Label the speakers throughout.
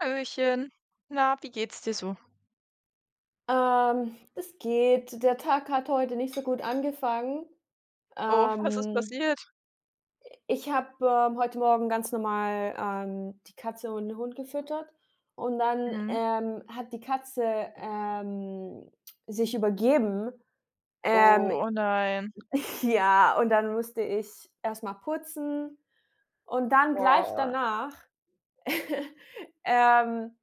Speaker 1: Hallöchen. Na, wie geht's dir so?
Speaker 2: Das geht. Der Tag hat heute nicht so gut angefangen.
Speaker 1: Oh, was ist
Speaker 2: Ähm,
Speaker 1: passiert?
Speaker 2: ich habe, heute Morgen ganz normal, die Katze und den Hund gefüttert und dann,
Speaker 1: Mhm.
Speaker 2: hat die Katze, ähm, sich übergeben.
Speaker 1: Oh,
Speaker 2: Ähm,
Speaker 1: oh nein.
Speaker 2: ja, und dann musste ich erst mal putzen und dann gleich
Speaker 1: Oh.
Speaker 2: danach. Ähm,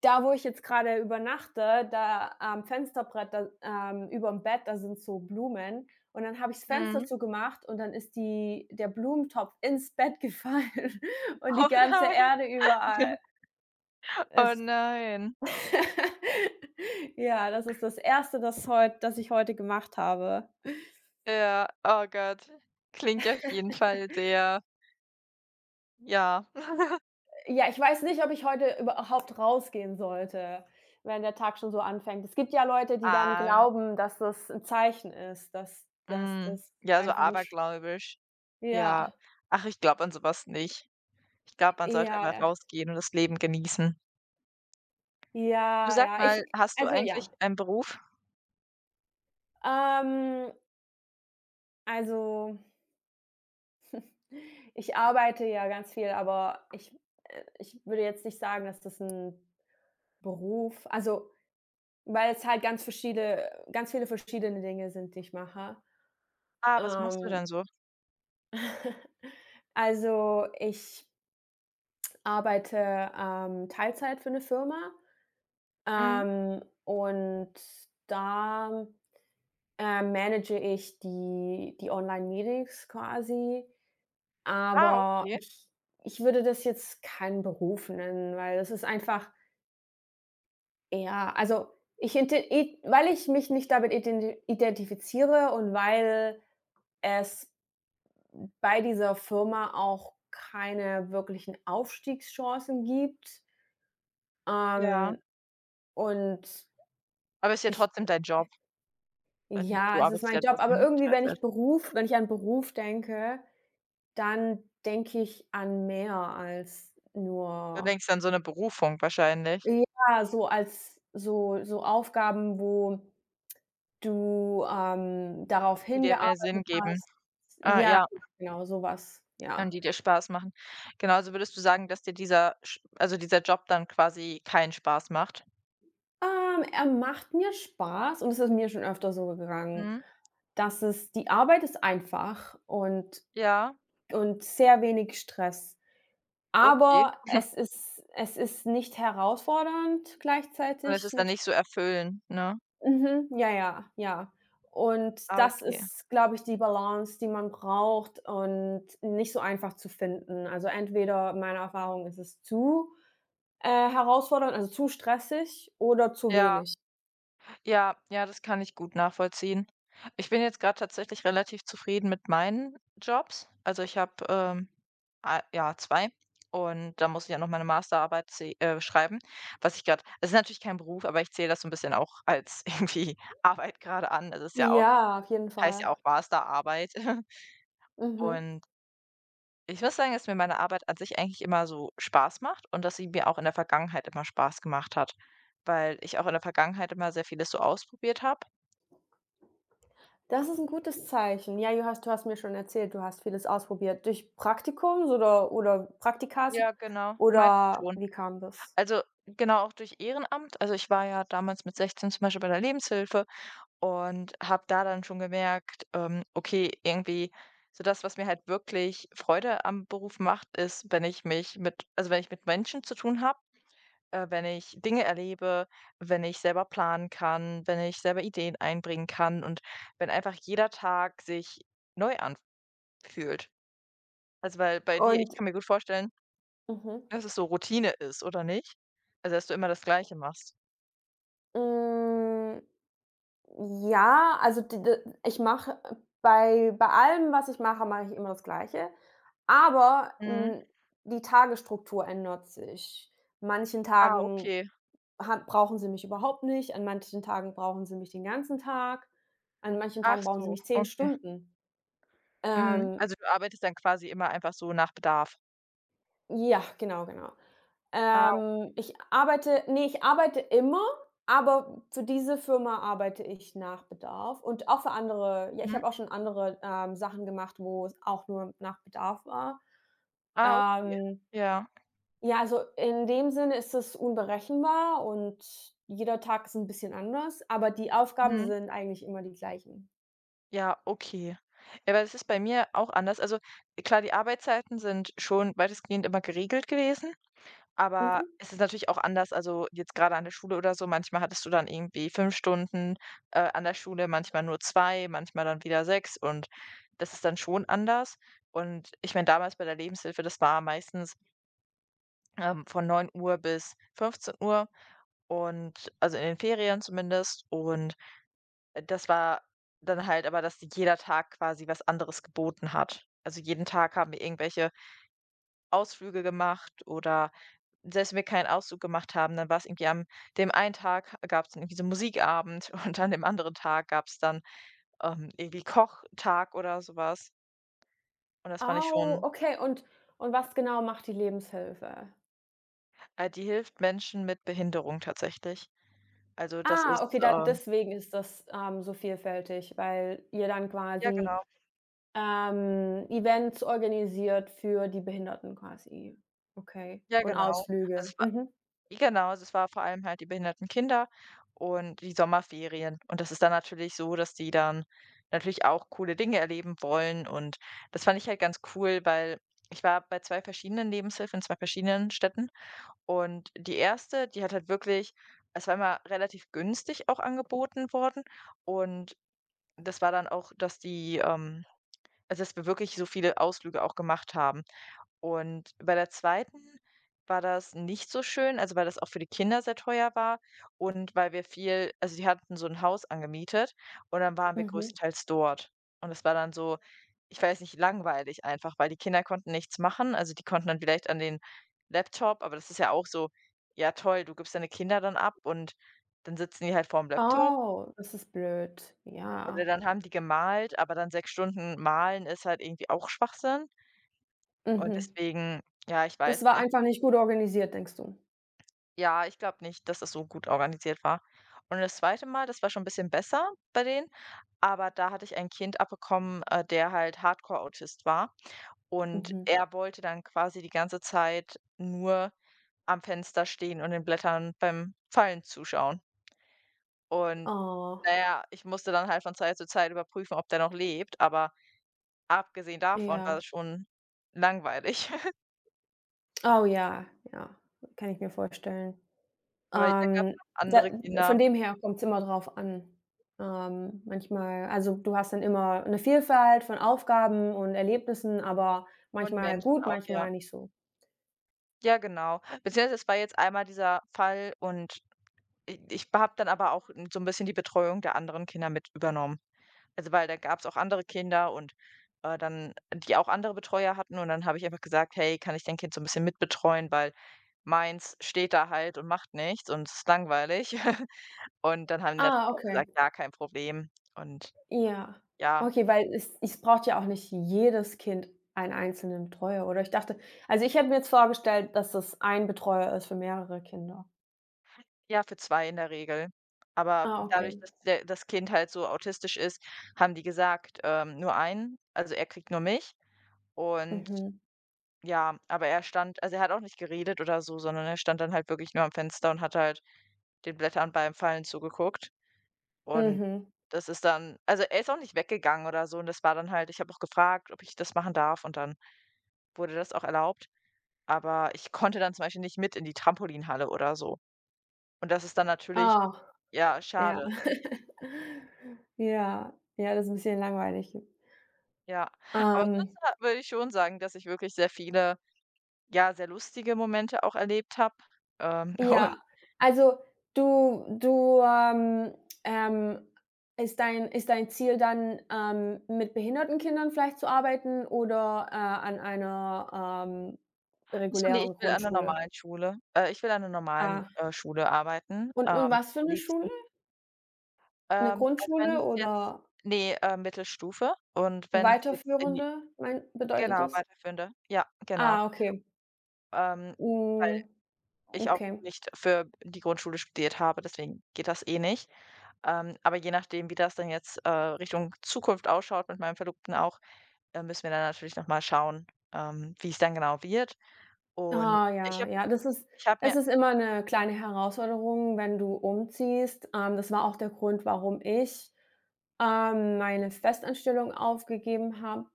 Speaker 2: Da, wo ich jetzt gerade übernachte, da am Fensterbrett, da überm Bett, da sind so Blumen, und dann habe ich's Fenster
Speaker 1: Mhm.
Speaker 2: zugemacht, und dann ist die der Blumentopf ins Bett gefallen und die
Speaker 1: Oh
Speaker 2: ganze Erde
Speaker 1: nein.
Speaker 2: überall.
Speaker 1: Oh
Speaker 2: Es
Speaker 1: nein.
Speaker 2: Ja, das ist das erste, das ich heute gemacht habe.
Speaker 1: Ja, oh Gott. Klingt auf jeden Fall sehr, ja.
Speaker 2: Ja, ich weiß nicht, ob ich heute überhaupt rausgehen sollte, wenn der Tag schon so anfängt. Es gibt ja Leute, die dann
Speaker 1: Ah,
Speaker 2: glauben, dass das 'n Zeichen ist, dass
Speaker 1: mhm.
Speaker 2: das
Speaker 1: Ja, so
Speaker 2: einfach 'n sch,
Speaker 1: abergläubisch. Ja.
Speaker 2: ja,
Speaker 1: Ach, ich glaube an sowas nicht. Ich glaube, man sollte
Speaker 2: ja,
Speaker 1: einfach
Speaker 2: ja,
Speaker 1: rausgehen und das Leben genießen. Du,
Speaker 2: ja,
Speaker 1: sag
Speaker 2: ja. Ich
Speaker 1: mal, hast du
Speaker 2: Also,
Speaker 1: eigentlich
Speaker 2: ja.
Speaker 1: einen Beruf?
Speaker 2: Ähm, also, ich arbeite ja ganz viel, aber ich würde jetzt nicht sagen, dass das 'n Beruf, also, weil es halt ganz viele verschiedene Dinge sind, die ich mache.
Speaker 1: Ah, was machst du
Speaker 2: Ähm,
Speaker 1: denn so?
Speaker 2: also, ich arbeite, Teilzeit für eine Firma,
Speaker 1: Mhm.
Speaker 2: und da, manage ich die Online-Meetings quasi,
Speaker 1: Ah,
Speaker 2: aber
Speaker 1: okay.
Speaker 2: ich würde das jetzt keinen Beruf nennen, weil das ist einfach eher, also, ich inte i weil ich mich nicht damit identifiziere, und weil es bei dieser Firma auch keine wirklichen Aufstiegschancen gibt.
Speaker 1: Ja.
Speaker 2: Ähm, und
Speaker 1: Aber ist ja
Speaker 2: ich
Speaker 1: trotzdem dein Job. Du
Speaker 2: Ja, es ist
Speaker 1: arbeitest
Speaker 2: mein
Speaker 1: ja
Speaker 2: Job, aber
Speaker 1: trotzdem
Speaker 2: irgendwie, wenn ich an Beruf denke, dann denke ich an mehr als
Speaker 1: Du
Speaker 2: nur,
Speaker 1: denkst an so 'ne Berufung wahrscheinlich,
Speaker 2: ja, so als so Aufgaben, wo du, darauf
Speaker 1: die dir mehr Sinn
Speaker 2: hingearbeitet
Speaker 1: geben.
Speaker 2: hast.
Speaker 1: Ah,
Speaker 2: Ja,
Speaker 1: ja,
Speaker 2: genau, so was,
Speaker 1: und
Speaker 2: ja.
Speaker 1: die dir Spaß machen. Genau, also würdest du sagen, dass dir dieser sch also dieser Job dann quasi keinen Spaß macht?
Speaker 2: Er macht mir Spaß, und es ist mir schon öfter so gegangen,
Speaker 1: Mhm.
Speaker 2: dass es die Arbeit ist einfach und
Speaker 1: Ja,
Speaker 2: und sehr wenig Stress.
Speaker 1: okay.
Speaker 2: Aber es ist nicht herausfordernd
Speaker 1: Und es
Speaker 2: gleichzeitig,
Speaker 1: ist dann
Speaker 2: natü
Speaker 1: nicht so erfüllend, ne?
Speaker 2: mhm, ja, ja, ja. Und
Speaker 1: Ah,
Speaker 2: das
Speaker 1: okay.
Speaker 2: ist, glaube ich, die Balance, die man braucht und nicht so einfach zu finden. Also, entweder meiner Erfahrung ist es zu, herausfordernd, also, zu stressig oder zu
Speaker 1: Ja.
Speaker 2: wenig.
Speaker 1: Ja, ja, das kann ich gut nachvollziehen. Ich bin jetzt gerade tatsächlich relativ zufrieden mit meinen Jobs. Also, ich habe, a ja, zwei, und da muss ich ja noch meine Masterarbeit zäh schreiben, was ich gerade, es ist natürlich kein Beruf, aber ich zähle das so ein bisschen auch als irgendwie Arbeit gerade an. Es ist ja auch
Speaker 2: Ja, auf jeden
Speaker 1: Heißt ja
Speaker 2: Fall.
Speaker 1: auch Masterarbeit.
Speaker 2: Mhm.
Speaker 1: Und ich muss sagen, dass mir meine Arbeit an sich eigentlich immer so Spaß macht und dass sie mir auch in der Vergangenheit immer Spaß gemacht hat, weil ich auch in der Vergangenheit immer sehr vieles so ausprobiert habe.
Speaker 2: Das ist ein gutes Zeichen. Ja, du hast mir schon erzählt, du hast vieles ausprobiert. Durch Praktikums oder Praktikas
Speaker 1: Ja, genau, meistens
Speaker 2: oder
Speaker 1: schon.
Speaker 2: wie kam das?
Speaker 1: Also, genau, auch durch Ehrenamt. Also, ich war ja damals mit 16 zum Beispiel bei der Lebenshilfe und habe da dann schon gemerkt, okay, irgendwie so das, was mir halt wirklich Freude am Beruf macht, ist, wenn ich mich mit also, wenn ich mit Menschen zu tun habe, wenn ich Dinge erlebe, wenn ich selber planen kann, wenn ich selber Ideen einbringen kann und wenn einfach jeder Tag sich neu anfühlt. Also, weil bei dir ich
Speaker 2: Und
Speaker 1: kann mir gut vorstellen,
Speaker 2: Mhm.
Speaker 1: dass es so Routine ist, oder nicht? Also, dass du immer das Gleiche machst?
Speaker 2: hm, ja, also d d ich mache, bei allem, was ich mache, mache ich immer das Gleiche, aber,
Speaker 1: Mhm.
Speaker 2: die Tagesstruktur ändert sich. Manchen
Speaker 1: Ah,
Speaker 2: Tagen
Speaker 1: okay.
Speaker 2: ha brauchen sie mich überhaupt nicht, an manchen Tagen brauchen sie mich den ganzen Tag, an manchen
Speaker 1: Ach
Speaker 2: Tagen brauchen sie
Speaker 1: so,
Speaker 2: mich 10
Speaker 1: okay.
Speaker 2: Stunden.
Speaker 1: Mhm.
Speaker 2: Ähm.
Speaker 1: Also, du arbeitest dann quasi immer einfach so nach Bedarf?
Speaker 2: Ja, genau, genau.
Speaker 1: Ah,
Speaker 2: Ich arbeite Nee, ich arbeite immer, aber für diese Firma arbeite ich nach Bedarf, und auch für andere, ja, ich
Speaker 1: mhm.
Speaker 2: habe auch schon andere, Sachen gemacht, wo es auch nur nach Bedarf war.
Speaker 1: Ah, okay.
Speaker 2: Ähm,
Speaker 1: Ja.
Speaker 2: ja, also in dem Sinne ist es unberechenbar und jeder Tag ist ein bisschen anders, aber die Aufgaben
Speaker 1: Mhm.
Speaker 2: sind eigentlich immer die gleichen.
Speaker 1: Ja, okay. Ja, weil das ist bei mir auch anders. Also, klar, die Arbeitszeiten sind schon weitestgehend immer geregelt gewesen. Aber
Speaker 2: Mhm.
Speaker 1: es ist natürlich auch anders, also jetzt gerade an der Schule oder so, manchmal hattest du dann irgendwie 5 Stunden, an der Schule, manchmal nur zwei, manchmal dann wieder sechs, und das ist dann schon anders. Und ich meine, damals bei der Lebenshilfe, das war meistens, von 9 Uhr bis 15 Uhr, und also in den Ferien zumindest. Und, das war dann halt aber, dass jeder Tag quasi was anderes geboten hat. Also jeden Tag haben wir irgendwelche Ausflüge gemacht, oder selbst wenn wir keinen Ausflug gemacht haben, dann war es irgendwie am dem einen Tag gab's dann irgendwie so Musikabend und an dem anderen Tag gab es dann, irgendwie Kochtag oder sowas. Und das fand ich
Speaker 2: Au,
Speaker 1: schon.
Speaker 2: okay. Und was genau macht die Lebenshilfe?
Speaker 1: Äh, die hilft Menschen mit Behinderung tatsächlich. Also, das
Speaker 2: Ah,
Speaker 1: ist,
Speaker 2: okay, da deswegen ist das, so vielfältig, weil ihr dann
Speaker 1: ja, genau,
Speaker 2: quasi, Events organisiert für die Behinderten quasi. Okay.
Speaker 1: ja,
Speaker 2: Und
Speaker 1: genau. Also
Speaker 2: Ausflüge.
Speaker 1: es
Speaker 2: Mhm,
Speaker 1: Genau, also es war vor allem halt die behinderten Kinder und die Sommerferien. Und das ist dann natürlich so, dass die dann natürlich auch coole Dinge erleben wollen. Und das fand ich halt ganz cool, weil ich war bei 2 verschiedenen Lebenshilfen in 2 verschiedenen Städten. Und die erste, die hat halt wirklich es war immer relativ günstig auch angeboten worden. Und das war dann auch, dass die also dass wir wirklich so viele Ausflüge auch gemacht haben. Und bei der zweiten war das nicht so schön, also weil das auch für die Kinder sehr teuer war, und weil wir viel also die hatten so ein Haus angemietet, und dann waren wir
Speaker 2: mhm.
Speaker 1: größtenteils dort. Und es war dann so, ich weiß nicht, langweilig einfach, weil die Kinder konnten nichts machen. Also, die konnten dann vielleicht an den Laptop, aber das ist ja auch so, ja toll, du gibst deine Kinder dann ab und dann sitzen die halt vorm Laptop,
Speaker 2: Oh, das ist blöd.
Speaker 1: oder
Speaker 2: Ja.
Speaker 1: dann haben die gemalt, aber dann 6 Stunden malen ist halt irgendwie auch Schwachsinn. Und
Speaker 2: Mhm.
Speaker 1: deswegen, ja, ich weiß
Speaker 2: Das war einfach nicht gut organisiert, denkst du?
Speaker 1: ja, ich glaube nicht, dass das so gut organisiert war. Und das zweite Mal, das war schon ein bisschen besser bei denen, aber da hatte ich ein Kind abbekommen, der halt Hardcore-Autist war. Und
Speaker 2: Mhm.
Speaker 1: er wollte dann quasi die ganze Zeit nur am Fenster stehen und den Blättern beim Fallen zuschauen. Und
Speaker 2: Oh,
Speaker 1: naja, ich musste dann halt von Zeit zu Zeit überprüfen, ob der noch lebt, aber abgesehen davon war
Speaker 2: ja.
Speaker 1: das schon langweilig.
Speaker 2: Oh ja, ja, kann ich mir vorstellen.
Speaker 1: Aber dann gab's ja noch
Speaker 2: Da
Speaker 1: andere
Speaker 2: Von
Speaker 1: Kinder
Speaker 2: dem her kommt es immer drauf an. Manchmal, also, du hast dann immer eine Vielfalt von Aufgaben und Erlebnissen, aber
Speaker 1: und
Speaker 2: manchmal
Speaker 1: Menschen
Speaker 2: gut,
Speaker 1: auch, ja.
Speaker 2: manchmal nicht so.
Speaker 1: Ja, genau. Beziehungsweise es war jetzt einmal dieser Fall, und i ich habe dann aber auch n so ein bisschen die Betreuung der anderen Kinder mit übernommen. Also, weil da gab es auch andere Kinder und, dann die auch andere Betreuer hatten, und dann habe ich einfach gesagt: „Hey, kann ich dein Kind so ein bisschen mitbetreuen, weil meins steht da halt und macht nichts und es ist langweilig.“ Und dann haben die
Speaker 2: Ah,
Speaker 1: natürlich auch
Speaker 2: okay.
Speaker 1: gesagt: „Ja, kein Problem.“ Und
Speaker 2: Ja.
Speaker 1: ja.
Speaker 2: Okay, weil es braucht ja auch nicht jedes Kind einen einzelnen Betreuer, oder? Ich dachte, also, ich hätte mir jetzt vorgestellt, dass das ein Betreuer ist für mehrere Kinder.
Speaker 1: Ja, für 2 in der Regel. Aber
Speaker 2: Ah,
Speaker 1: dadurch,
Speaker 2: okay.
Speaker 1: dass der das Kind halt so autistisch ist, haben die gesagt, nur einen, also er kriegt nur mich. Und
Speaker 2: Mhm.
Speaker 1: ja, aber er stand, also er hat auch nicht geredet oder so, sondern er stand dann halt wirklich nur am Fenster und hat halt den Blättern beim Fallen zugeguckt. Und
Speaker 2: Mhm.
Speaker 1: das ist dann also er ist auch nicht weggegangen oder so, und das war dann halt ich habe auch gefragt, ob ich das machen darf, und dann wurde das auch erlaubt. Aber ich konnte dann zum Beispiel nicht mit in die Trampolinhalle oder so. Und das ist dann natürlich,
Speaker 2: Ah,
Speaker 1: ja,
Speaker 2: ja.
Speaker 1: schade.
Speaker 2: Ja. Ja, das ist ein bisschen langweilig.
Speaker 1: Ja, aber sonst
Speaker 2: Ähm
Speaker 1: ha würde ich schon sagen, dass ich wirklich sehr viele, ja, sehr lustige Momente auch erlebt habe. Ähm, und
Speaker 2: Ja, also du du, ähm, ähm ist dein Ziel dann, mit behinderten Kindern vielleicht zu arbeiten oder, an einer,
Speaker 1: ich
Speaker 2: regulären
Speaker 1: will an 'ner
Speaker 2: Grundschule?
Speaker 1: normalen Schule, äh, ich will an 'ner normalen,
Speaker 2: Ah,
Speaker 1: äh, Schule arbeiten,
Speaker 2: und was für
Speaker 1: am
Speaker 2: eine
Speaker 1: liebsten.
Speaker 2: Schule? Eine
Speaker 1: Also, wenn
Speaker 2: Grundschule
Speaker 1: es jetzt
Speaker 2: oder
Speaker 1: nee, Mittelstufe, und wenn es jetzt in die
Speaker 2: weiterführende, mein bedeutet
Speaker 1: genau,
Speaker 2: das?
Speaker 1: weiterführende. Ja, genau.
Speaker 2: Ah, okay.
Speaker 1: Ähm, weil
Speaker 2: Hm,
Speaker 1: ich auch
Speaker 2: okay.
Speaker 1: nicht für die Grundschule studiert habe, deswegen geht das eh nicht. Aber je nachdem, wie das dann jetzt, Richtung Zukunft ausschaut mit meinem Verlobten auch, müssen wir dann natürlich noch mal schauen, wie es dann genau wird. Und
Speaker 2: Ah,
Speaker 1: ich
Speaker 2: ja,
Speaker 1: habe
Speaker 2: ja, das ist
Speaker 1: Ich habe mir...
Speaker 2: es ist immer eine kleine Herausforderung, wenn du umziehst. Das war auch der Grund, warum ich, meine Festanstellung aufgegeben habe,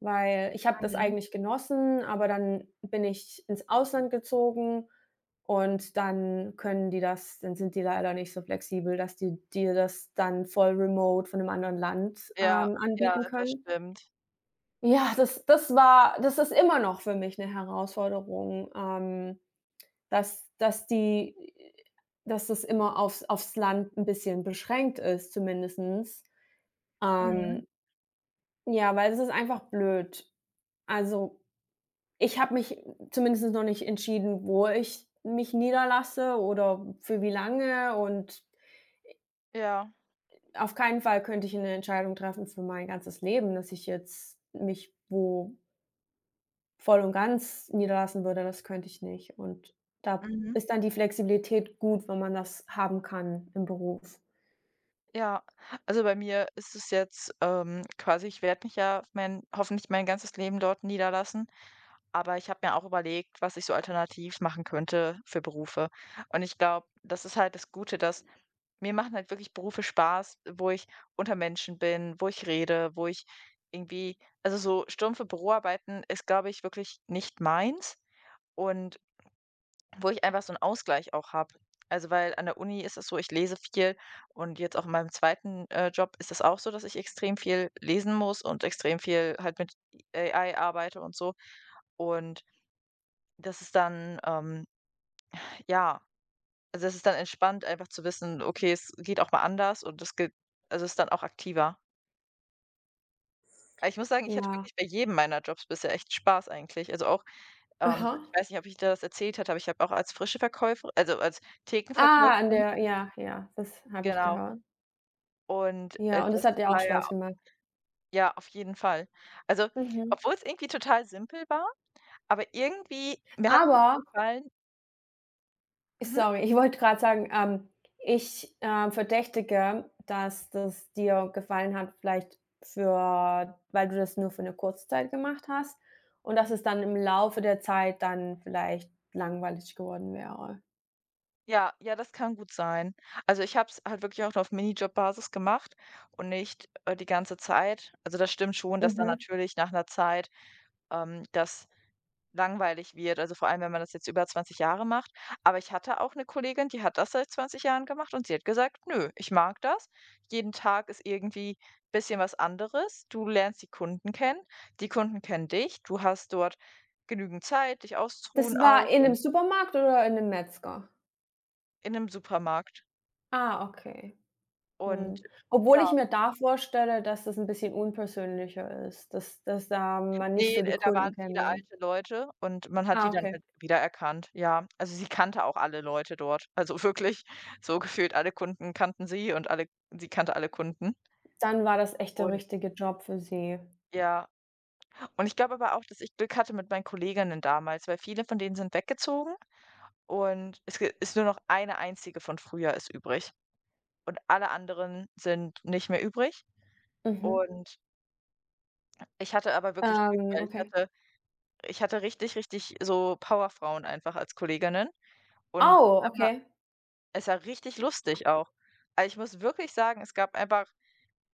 Speaker 2: weil ich habe das
Speaker 1: Mhm.
Speaker 2: eigentlich genossen, aber dann bin ich ins Ausland gezogen, und dann können die das dann sind die leider nicht so flexibel, dass die dir das dann voll remote von 'nem anderen Land,
Speaker 1: Ja, ja,
Speaker 2: anbieten
Speaker 1: das
Speaker 2: können.
Speaker 1: stimmt.
Speaker 2: Ja, das ist immer noch für mich eine Herausforderung, dass dass die dass das immer aufs Land ein bisschen beschränkt ist, zumindestens.
Speaker 1: Mhm.
Speaker 2: Ähm, ja, weil es ist einfach blöd. Also, ich habe mich zumindest noch nicht entschieden, wo ich mich niederlasse oder für wie lange, und
Speaker 1: Ja.
Speaker 2: auf keinen Fall könnte ich eine Entscheidung treffen für mein ganzes Leben, dass ich jetzt mich wo voll und ganz niederlassen würde, das könnte ich nicht. Und da
Speaker 1: Mhm.
Speaker 2: ist dann die Flexibilität gut, wenn man das haben kann im Beruf.
Speaker 1: Ja. Also, bei mir ist es jetzt, quasi ich werde mich ja, mein hoffentlich mein ganzes Leben dort niederlassen, aber ich habe mir auch überlegt, was ich so alternativ machen könnte für Berufe. Und ich glaube, das ist halt das Gute, dass... Mir machen halt wirklich Berufe Spaß, wo ich unter Menschen bin, wo ich rede, wo ich irgendwie also, so stumpfe Büroarbeiten ist, glaube ich, wirklich nicht meins, und wo ich einfach so einen Ausgleich auch habe. Also, weil an der Uni ist es so, ich lese viel, und jetzt auch in meinem zweiten, Job ist es auch so, dass ich extrem viel lesen muss und extrem viel halt mit AI arbeite und so. Und das ist dann, ja. Also, es ist dann entspannt, einfach zu wissen: „Okay, es geht auch mal anders und es geht also, es ist dann auch aktiver.“ Aber ich muss sagen, ich hatte
Speaker 2: Ja.
Speaker 1: wirklich bei jedem meiner Jobs bisher echt Spaß eigentlich. Also, auch, ich
Speaker 2: Aha.
Speaker 1: weiß nicht, ob ich dir das erzählt hatte, aber ich habe auch als als
Speaker 2: Ah, an
Speaker 1: Thekenverkäuferin.
Speaker 2: der ja, ja, das habe ich
Speaker 1: Genau.
Speaker 2: gehört.
Speaker 1: Und,
Speaker 2: Ja, und
Speaker 1: das
Speaker 2: das hat dir auch
Speaker 1: war ja.
Speaker 2: Spaß gemacht.
Speaker 1: Ja, auf jeden Fall. Also,
Speaker 2: Mhm.
Speaker 1: obwohl es irgendwie total simpel war, aber irgendwie mir hat
Speaker 2: Aber
Speaker 1: es gefallen. Mhm?
Speaker 2: sorry, ich wollte gerade sagen, ich, verdächtige, dass das dir gefallen hat, vielleicht, für weil du das nur für 'ne kurze Zeit gemacht hast, und dass es dann im Laufe der Zeit dann vielleicht langweilig geworden wäre.
Speaker 1: Ja, ja, das kann gut sein. Also, ich habe es halt wirklich auch nur auf Minijob-Basis gemacht und nicht, die ganze Zeit. Also, das stimmt schon, dass dann
Speaker 2: Mhm.
Speaker 1: natürlich nach einer Zeit, das langweilig wird, also, vor allem, wenn man das jetzt über 20 Jahre macht. Aber ich hatte auch eine Kollegin, die hat das seit 20 Jahren gemacht und sie hat gesagt: „Nö, ich mag das. Jeden Tag ist irgendwie ein bisschen was anderes. Du lernst die Kunden kennen dich. Du hast dort genügend Zeit, dich
Speaker 2: Das
Speaker 1: auszuruhen auch.“
Speaker 2: war in
Speaker 1: Und
Speaker 2: 'nem Supermarkt oder in 'nem Metzger?
Speaker 1: in einem Supermarkt.
Speaker 2: Ah, okay.
Speaker 1: Und
Speaker 2: Mhm. Obwohl
Speaker 1: ja.
Speaker 2: ich mir da vorstelle, dass das 'n bisschen unpersönlicher ist, dass da man nicht
Speaker 1: Ne,
Speaker 2: so die
Speaker 1: da
Speaker 2: Kunden
Speaker 1: waren viele
Speaker 2: kennenlernt.
Speaker 1: alte Leute und man hat die
Speaker 2: Ah,
Speaker 1: dann
Speaker 2: okay.
Speaker 1: halt wiedererkannt, ja. Also, sie kannte auch alle Leute dort. Also, wirklich so gefühlt alle Kunden kannten sie, und alle sie kannte alle Kunden.
Speaker 2: Dann war das echt der
Speaker 1: Und
Speaker 2: richtige Job für sie.
Speaker 1: ja, und ich glaube aber auch, dass ich Glück hatte mit meinen Kolleginnen damals, weil viele von denen sind weggezogen, und es g ist nur noch eine einzige von früher ist übrig, und alle anderen sind nicht mehr übrig.
Speaker 2: Mhm.
Speaker 1: Und ich hatte aber wirklich Glück, weil ich
Speaker 2: Okay.
Speaker 1: hatte ich hatte richtig, richtig so Powerfrauen einfach als Kolleginnen, und das
Speaker 2: Oh,
Speaker 1: war immer.
Speaker 2: okay.
Speaker 1: Es war richtig lustig auch. Also, ich muss wirklich sagen, es gab einfach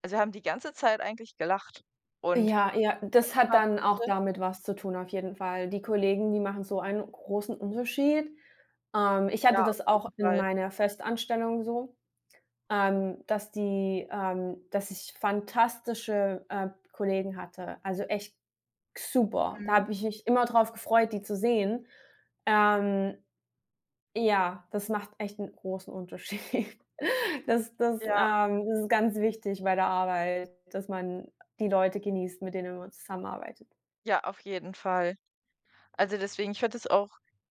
Speaker 1: also, wir haben die ganze Zeit eigentlich gelacht und
Speaker 2: Ja, ja, das hat
Speaker 1: immer
Speaker 2: dann auch
Speaker 1: Witze.
Speaker 2: damit was zu tun, auf jeden Fall. Die Kollegen, die machen so einen großen Unterschied. Ich hatte
Speaker 1: Ja, auf
Speaker 2: das auch
Speaker 1: jeden
Speaker 2: in
Speaker 1: Fall.
Speaker 2: meiner Festanstellung so. Dass ich fantastische, Kollegen hatte, also echt super. Da
Speaker 1: Mhm.
Speaker 2: habe ich mich immer drauf gefreut, die zu sehen. Ähm, ja, das macht echt einen großen Unterschied. Das das,
Speaker 1: Ja,
Speaker 2: ähm das ist ganz wichtig bei der Arbeit, dass man die Leute genießt, mit denen man zusammenarbeitet.
Speaker 1: ja, auf jeden Fall. Also, deswegen,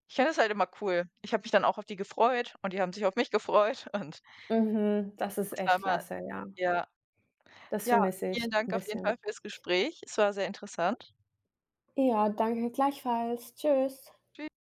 Speaker 1: ich fand das halt immer cool. Ich habe mich dann auch auf die gefreut und die haben sich auf mich gefreut und
Speaker 2: Mhm, das ist
Speaker 1: es war
Speaker 2: echt
Speaker 1: immer.
Speaker 2: klasse, ja.
Speaker 1: Ja.
Speaker 2: Das
Speaker 1: Ja,
Speaker 2: vermisse
Speaker 1: vielen
Speaker 2: ich
Speaker 1: Dank
Speaker 2: ein
Speaker 1: auf jeden Fall
Speaker 2: bisschen.
Speaker 1: fürs Gespräch. Es war sehr interessant.
Speaker 2: Ja, danke, gleichfalls. Tschüss.
Speaker 1: Tschü